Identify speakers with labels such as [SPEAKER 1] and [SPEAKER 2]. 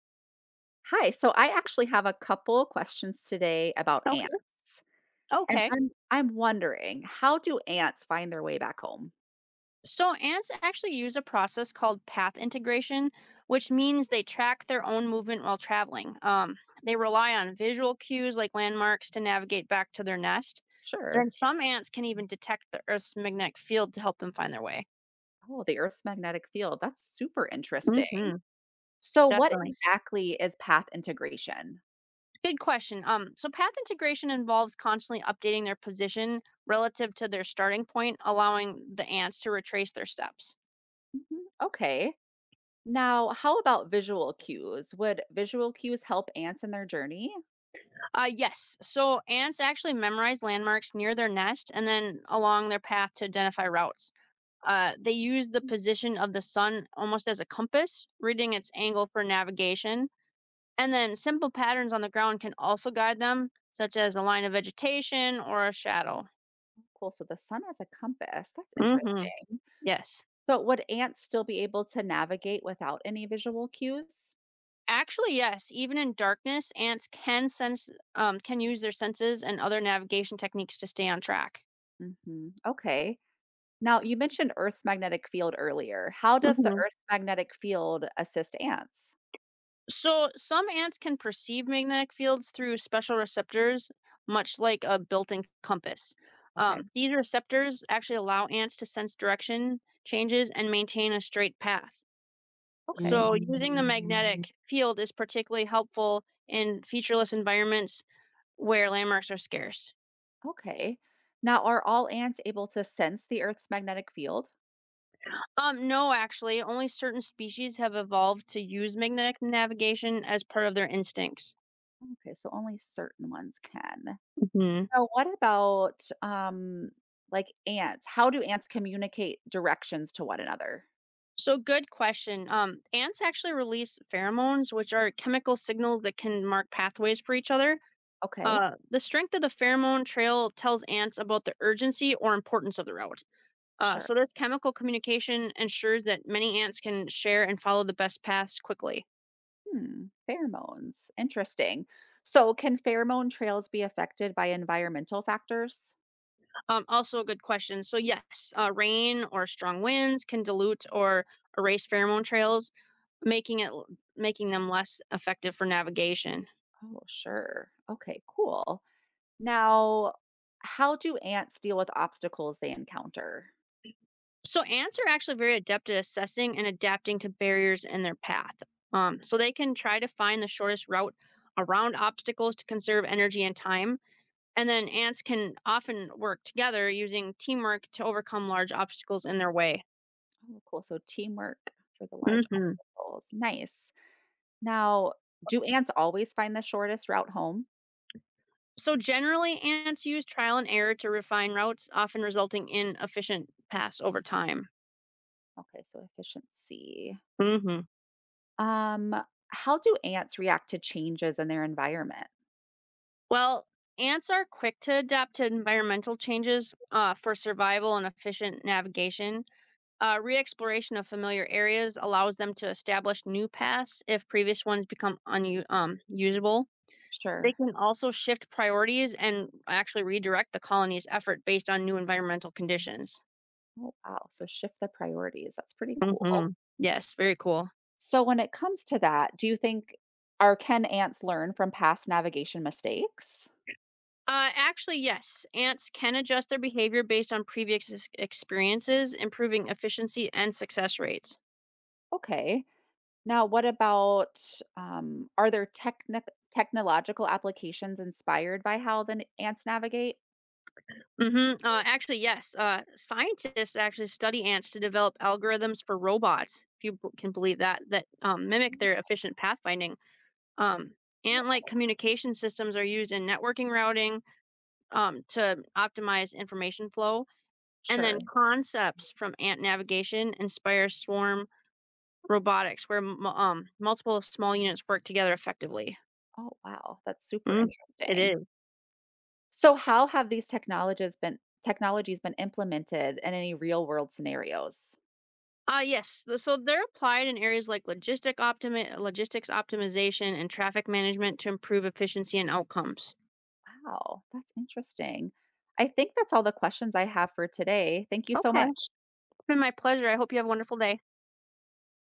[SPEAKER 1] Hi. So I actually have a couple questions today about
[SPEAKER 2] Okay.
[SPEAKER 1] ants. And
[SPEAKER 2] Okay.
[SPEAKER 1] I'm wondering, how do ants find their way back home?
[SPEAKER 2] So ants actually use a process called path integration, which means they track their own movement while traveling. They rely on visual cues like landmarks to navigate back to their nest. And then
[SPEAKER 1] Sure.
[SPEAKER 2] some ants can even detect the Earth's magnetic field to help them find their way.
[SPEAKER 1] Oh, the Earth's magnetic field. That's super interesting.
[SPEAKER 2] Hmm,
[SPEAKER 1] So what
[SPEAKER 2] definitely.
[SPEAKER 1] exactly is path integration?
[SPEAKER 2] Good question. So path integration involves constantly updating their position relative to their starting point, allowing the ants to retrace their steps.
[SPEAKER 1] Mhm, okay. Now, how about visual cues? Would visual cues help ants in their journey?
[SPEAKER 2] Yes. So ants actually memorize landmarks near their nest and then along their path to identify routes. They use the
[SPEAKER 1] Mm,
[SPEAKER 2] position of the sun almost as a compass, reading its angle for navigation. And then simple patterns on the ground can also guide them, such as a line of vegetation or a shadow.
[SPEAKER 1] cool. So the sun has a compass. That's
[SPEAKER 2] Hmm.
[SPEAKER 1] interesting.
[SPEAKER 2] Yes.
[SPEAKER 1] But would ants still be able to navigate without any visual cues?
[SPEAKER 2] Actually, yes. Even in darkness, ants can can use their senses and other navigation techniques to stay on track.
[SPEAKER 1] Hmm, okay. Now, you mentioned Earth's magnetic field earlier. How does the
[SPEAKER 2] Mhm.
[SPEAKER 1] Earth's magnetic field assist ants?
[SPEAKER 2] So some ants can perceive magnetic fields through special receptors, much like a built-in compass.
[SPEAKER 1] Okay,
[SPEAKER 2] These receptors actually allow ants to sense direction changes and maintain a straight path.
[SPEAKER 1] okay,
[SPEAKER 2] So using the magnetic field is particularly helpful in featureless environments where landmarks are scarce.
[SPEAKER 1] okay. Now, are all ants able to sense the Earth's magnetic field?
[SPEAKER 2] No, actually, only certain species have evolved to use magnetic navigation as part of their instincts.
[SPEAKER 1] Okay, so only certain ones can.
[SPEAKER 2] Mhm.
[SPEAKER 1] Now, what about like ants? How do ants communicate directions to one another?
[SPEAKER 2] So good question. Ants actually release pheromones, which are chemical signals that can mark pathways for each other.
[SPEAKER 1] Okay,
[SPEAKER 2] The strength of the pheromone trail tells ants about the urgency or importance of the route. Uh,
[SPEAKER 1] sure.
[SPEAKER 2] so this chemical communication ensures that many ants can share and follow the best paths quickly.
[SPEAKER 1] Hmm, pheromones. Interesting. So, can pheromone trails be affected by environmental factors?
[SPEAKER 2] Also a good question. So yes, rain or strong winds can dilute or erase pheromone trails, making it making them less effective for navigation.
[SPEAKER 1] Oh, sure. Okay, cool. Now, how do ants deal with obstacles they encounter?
[SPEAKER 2] So ants are actually very adept at assessing and adapting to barriers in their path. So they can try to find the shortest route around obstacles to conserve energy and time. And then ants can often work together using teamwork to overcome large obstacles in their way.
[SPEAKER 1] Oh, cool. So teamwork for the large
[SPEAKER 2] Hmm.
[SPEAKER 1] obstacles. Nice. Now, do ants always find the shortest route home?
[SPEAKER 2] So generally, ants use trial and error to refine routes, often resulting in efficient paths over time.
[SPEAKER 1] Okay, so efficiency.
[SPEAKER 2] Hmm.
[SPEAKER 1] Um, how do ants react to changes in their environment?
[SPEAKER 2] Well, ants are quick to adapt to environmental changes, for survival and efficient navigation. Re-exploration of familiar areas allows them to establish new paths if previous ones become unusable. Usable. They
[SPEAKER 1] Sure.
[SPEAKER 2] can also shift priorities and actually redirect the colony's effort based on new environmental conditions.
[SPEAKER 1] Oh, wow. So shift the priorities. That's pretty
[SPEAKER 2] Hmm.
[SPEAKER 1] cool.
[SPEAKER 2] Yes, very cool.
[SPEAKER 1] So, when it comes to that, do you think or can ants learn from past navigation mistakes?
[SPEAKER 2] Actually, yes, ants can adjust their behavior based on experiences, improving efficiency and success rates.
[SPEAKER 1] Okay. Now, what about are there technic technological applications inspired by how the ants navigate?
[SPEAKER 2] Mhm. Actually, yes, scientists actually study ants to develop algorithms for robots, if you b can believe that, mimic
[SPEAKER 1] Mm,
[SPEAKER 2] their efficient pathfinding. Um, Ant-like
[SPEAKER 1] whoa,
[SPEAKER 2] communication systems are used in networking routing, to optimize information flow, and then
[SPEAKER 1] sure.
[SPEAKER 2] concepts from ant navigation inspire swarm robotics, where m multiple small units work together effectively.
[SPEAKER 1] Oh, wow. That's super
[SPEAKER 2] Mm, it
[SPEAKER 1] interesting.
[SPEAKER 2] is.
[SPEAKER 1] So, how have these technologies been implemented in any real world scenarios?
[SPEAKER 2] Yes. So they're applied in areas like logistics optimization and traffic management to improve efficiency and outcomes.
[SPEAKER 1] Wow, that's interesting. I think that's all the questions I have for today. Thank you so
[SPEAKER 2] Okay.
[SPEAKER 1] much.
[SPEAKER 2] It's been my pleasure. I hope you have a wonderful day.